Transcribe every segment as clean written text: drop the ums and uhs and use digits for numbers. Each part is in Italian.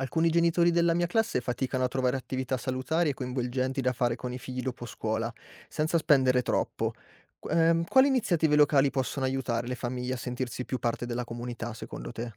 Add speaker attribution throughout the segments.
Speaker 1: Alcuni genitori della mia classe faticano a trovare attività salutari e coinvolgenti da fare con i figli dopo scuola, senza spendere troppo. Quali iniziative locali possono aiutare le famiglie a sentirsi più parte della comunità, secondo te?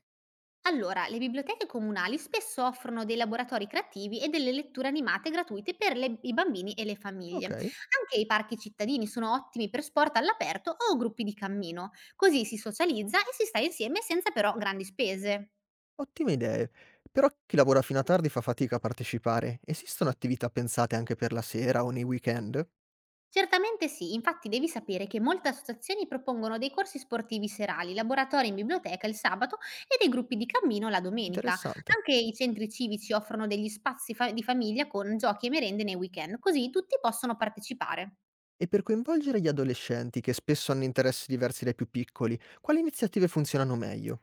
Speaker 2: Allora, le biblioteche comunali spesso offrono dei laboratori creativi e delle letture animate gratuite per i bambini e le famiglie.
Speaker 1: Ok,
Speaker 2: Anche i parchi cittadini sono ottimi per sport all'aperto o gruppi di cammino, così si socializza e si sta insieme senza però grandi spese.
Speaker 1: ottime idee. Però chi lavora fino a tardi fa fatica a partecipare. Esistono attività pensate anche per la sera o nei weekend?
Speaker 2: Certamente sì, infatti devi sapere che molte associazioni propongono dei corsi sportivi serali, laboratori in biblioteca il sabato e dei gruppi di cammino la domenica.
Speaker 1: Interessante.
Speaker 2: Anche i centri civici offrono degli di famiglia con giochi e merende nei weekend, così tutti possono partecipare.
Speaker 1: E per coinvolgere gli adolescenti, che spesso hanno interessi diversi dai più piccoli, quali iniziative funzionano meglio?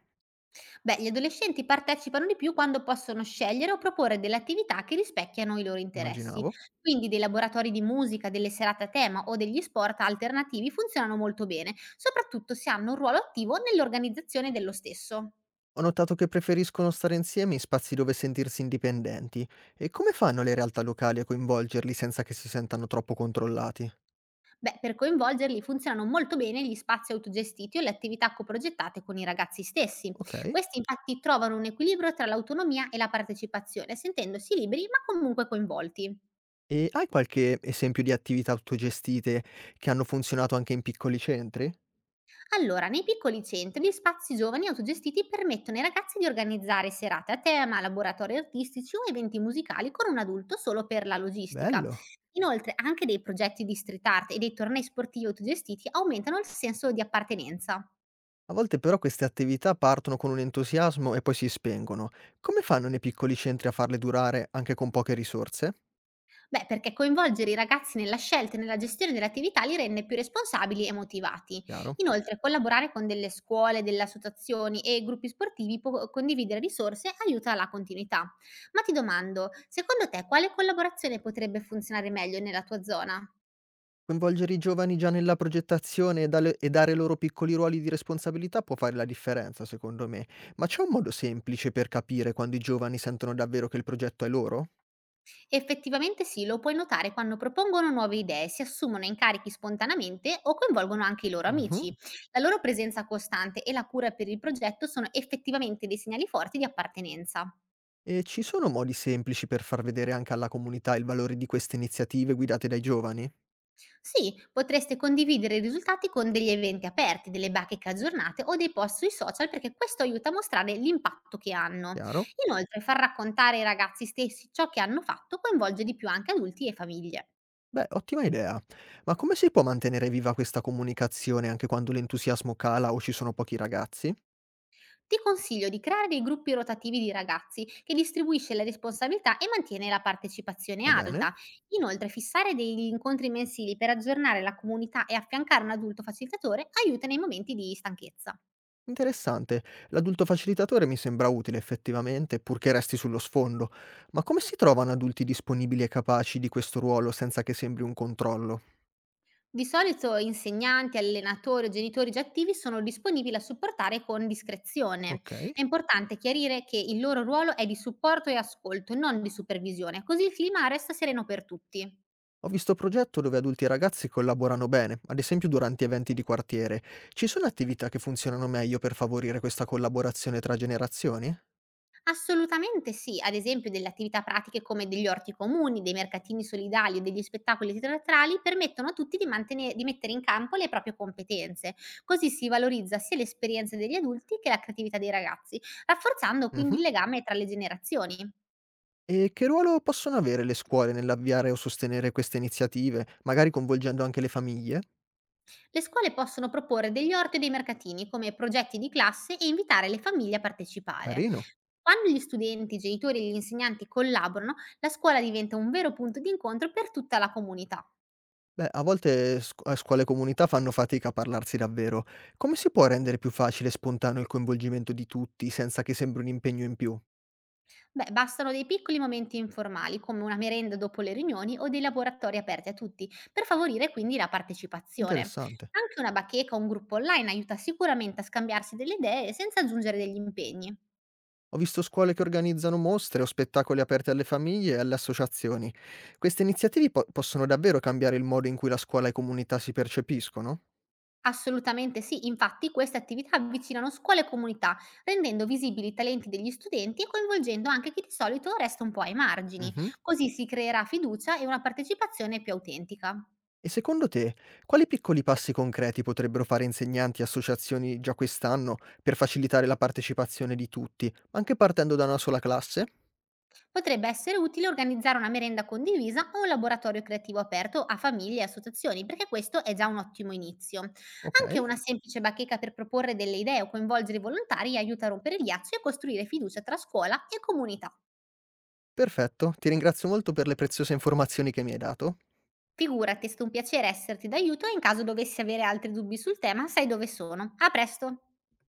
Speaker 2: Beh, gli adolescenti partecipano di più quando possono scegliere o proporre delle attività che rispecchiano i loro interessi.
Speaker 1: Immaginavo.
Speaker 2: Quindi dei laboratori di musica, delle serate a tema o degli sport alternativi funzionano molto bene, soprattutto se hanno un ruolo attivo nell'organizzazione dello stesso.
Speaker 1: Ho notato che preferiscono stare insieme in spazi dove sentirsi indipendenti. E come fanno le realtà locali a coinvolgerli senza che si sentano troppo controllati?
Speaker 2: Beh, per coinvolgerli funzionano molto bene gli spazi autogestiti o le attività coprogettate con i ragazzi stessi.
Speaker 1: Ok.
Speaker 2: Questi infatti trovano un equilibrio tra l'autonomia e la partecipazione, sentendosi liberi ma comunque coinvolti.
Speaker 1: E hai qualche esempio di attività autogestite che hanno funzionato anche in piccoli centri?
Speaker 2: Allora, nei piccoli centri, gli spazi giovani autogestiti permettono ai ragazzi di organizzare serate a tema, laboratori artistici o eventi musicali con un adulto solo per la logistica.
Speaker 1: Bello.
Speaker 2: Inoltre, anche dei progetti di street art e dei tornei sportivi autogestiti aumentano il senso di appartenenza.
Speaker 1: A volte però queste attività partono con un entusiasmo e poi si spengono. Come fanno nei piccoli centri a farle durare anche con poche risorse?
Speaker 2: Beh, perché coinvolgere i ragazzi nella scelta e nella gestione delle attività li rende più responsabili e motivati.
Speaker 1: Chiaro.
Speaker 2: Inoltre, collaborare con delle scuole, delle associazioni e gruppi sportivi può condividere risorse aiuta la continuità. Ma ti domando, secondo te quale collaborazione potrebbe funzionare meglio nella tua zona?
Speaker 1: Coinvolgere i giovani già nella progettazione e e dare loro piccoli ruoli di responsabilità può fare la differenza, secondo me. Ma c'è un modo semplice per capire quando i giovani sentono davvero che il progetto è loro?
Speaker 2: Effettivamente sì, lo puoi notare quando propongono nuove idee, si assumono incarichi spontaneamente o coinvolgono anche i loro
Speaker 1: Mhm.
Speaker 2: amici. La loro presenza costante e la cura per il progetto sono effettivamente dei segnali forti di appartenenza.
Speaker 1: E ci sono modi semplici per far vedere anche alla comunità il valore di queste iniziative guidate dai giovani?
Speaker 2: Sì, potreste condividere i risultati con degli eventi aperti, delle bacheche aggiornate o dei post sui social perché questo aiuta a mostrare l'impatto che hanno.
Speaker 1: Chiaro?
Speaker 2: Inoltre, far raccontare ai ragazzi stessi ciò che hanno fatto coinvolge di più anche adulti e famiglie.
Speaker 1: Beh, ottima idea. Ma come si può mantenere viva questa comunicazione anche quando l'entusiasmo cala o ci sono pochi ragazzi?
Speaker 2: Ti consiglio di creare dei gruppi rotativi di ragazzi che distribuisce le responsabilità e mantiene la partecipazione
Speaker 1: Va bene?
Speaker 2: alta. Inoltre, fissare degli incontri mensili per aggiornare la comunità e affiancare un adulto facilitatore aiuta nei momenti di stanchezza.
Speaker 1: Interessante. L'adulto facilitatore mi sembra utile effettivamente, purché resti sullo sfondo. Ma come si trovano adulti disponibili e capaci di questo ruolo senza che sembri un controllo?
Speaker 2: Di solito insegnanti, allenatori o genitori già attivi sono disponibili a supportare con discrezione.
Speaker 1: Ok.
Speaker 2: È importante chiarire che il loro ruolo è di supporto e ascolto, non di supervisione, così il clima resta sereno per tutti.
Speaker 1: Ho visto progetto dove adulti e ragazzi collaborano bene, ad esempio durante eventi di quartiere. Ci sono attività che funzionano meglio per favorire questa collaborazione tra generazioni?
Speaker 2: Assolutamente sì, ad esempio delle attività pratiche come degli orti comuni, dei mercatini solidali o degli spettacoli teatrali permettono a tutti di, di mettere in campo le proprie competenze, così si valorizza sia l'esperienza degli adulti che la creatività dei ragazzi, rafforzando quindi
Speaker 1: Mhm.
Speaker 2: il legame tra le generazioni.
Speaker 1: E che ruolo possono avere le scuole nell'avviare o sostenere queste iniziative, magari coinvolgendo anche le famiglie?
Speaker 2: Le scuole possono proporre degli orti o dei mercatini come progetti di classe e invitare le famiglie a partecipare.
Speaker 1: Carino.
Speaker 2: Quando gli studenti, i genitori e gli insegnanti collaborano, la scuola diventa un vero punto di incontro per tutta la comunità.
Speaker 1: Beh, a volte sc scuole e comunità fanno fatica a parlarsi davvero. Come si può rendere più facile e spontaneo il coinvolgimento di tutti, senza che sembri un impegno in più?
Speaker 2: Beh, bastano dei piccoli momenti informali, come una merenda dopo le riunioni o dei laboratori aperti a tutti, per favorire quindi la partecipazione.
Speaker 1: Interessante.
Speaker 2: Anche una bacheca o un gruppo online aiuta sicuramente a scambiarsi delle idee senza aggiungere degli impegni.
Speaker 1: Ho visto scuole che organizzano mostre o spettacoli aperti alle famiglie e alle associazioni. Queste iniziative po possono davvero cambiare il modo in cui la scuola e comunità si percepiscono?
Speaker 2: Assolutamente sì, infatti queste attività avvicinano scuole e comunità, rendendo visibili i talenti degli studenti e coinvolgendo anche chi di solito resta un po' ai margini.
Speaker 1: Mh-mh.
Speaker 2: Così si creerà fiducia e una partecipazione più autentica.
Speaker 1: E secondo te, quali piccoli passi concreti potrebbero fare insegnanti e associazioni già quest'anno per facilitare la partecipazione di tutti, anche partendo da una sola classe?
Speaker 2: Potrebbe essere utile organizzare una merenda condivisa o un laboratorio creativo aperto a famiglie e associazioni, perché questo è già un ottimo inizio. Anche
Speaker 1: Okay.
Speaker 2: una semplice bacheca per proporre delle idee o coinvolgere i volontari aiuta a rompere il ghiaccio e costruire fiducia tra scuola e comunità.
Speaker 1: Perfetto, ti ringrazio molto per le preziose informazioni che mi hai dato.
Speaker 2: Figurati, è stato un piacere esserti d'aiuto e in caso dovessi avere altri dubbi sul tema, sai dove sono. A presto!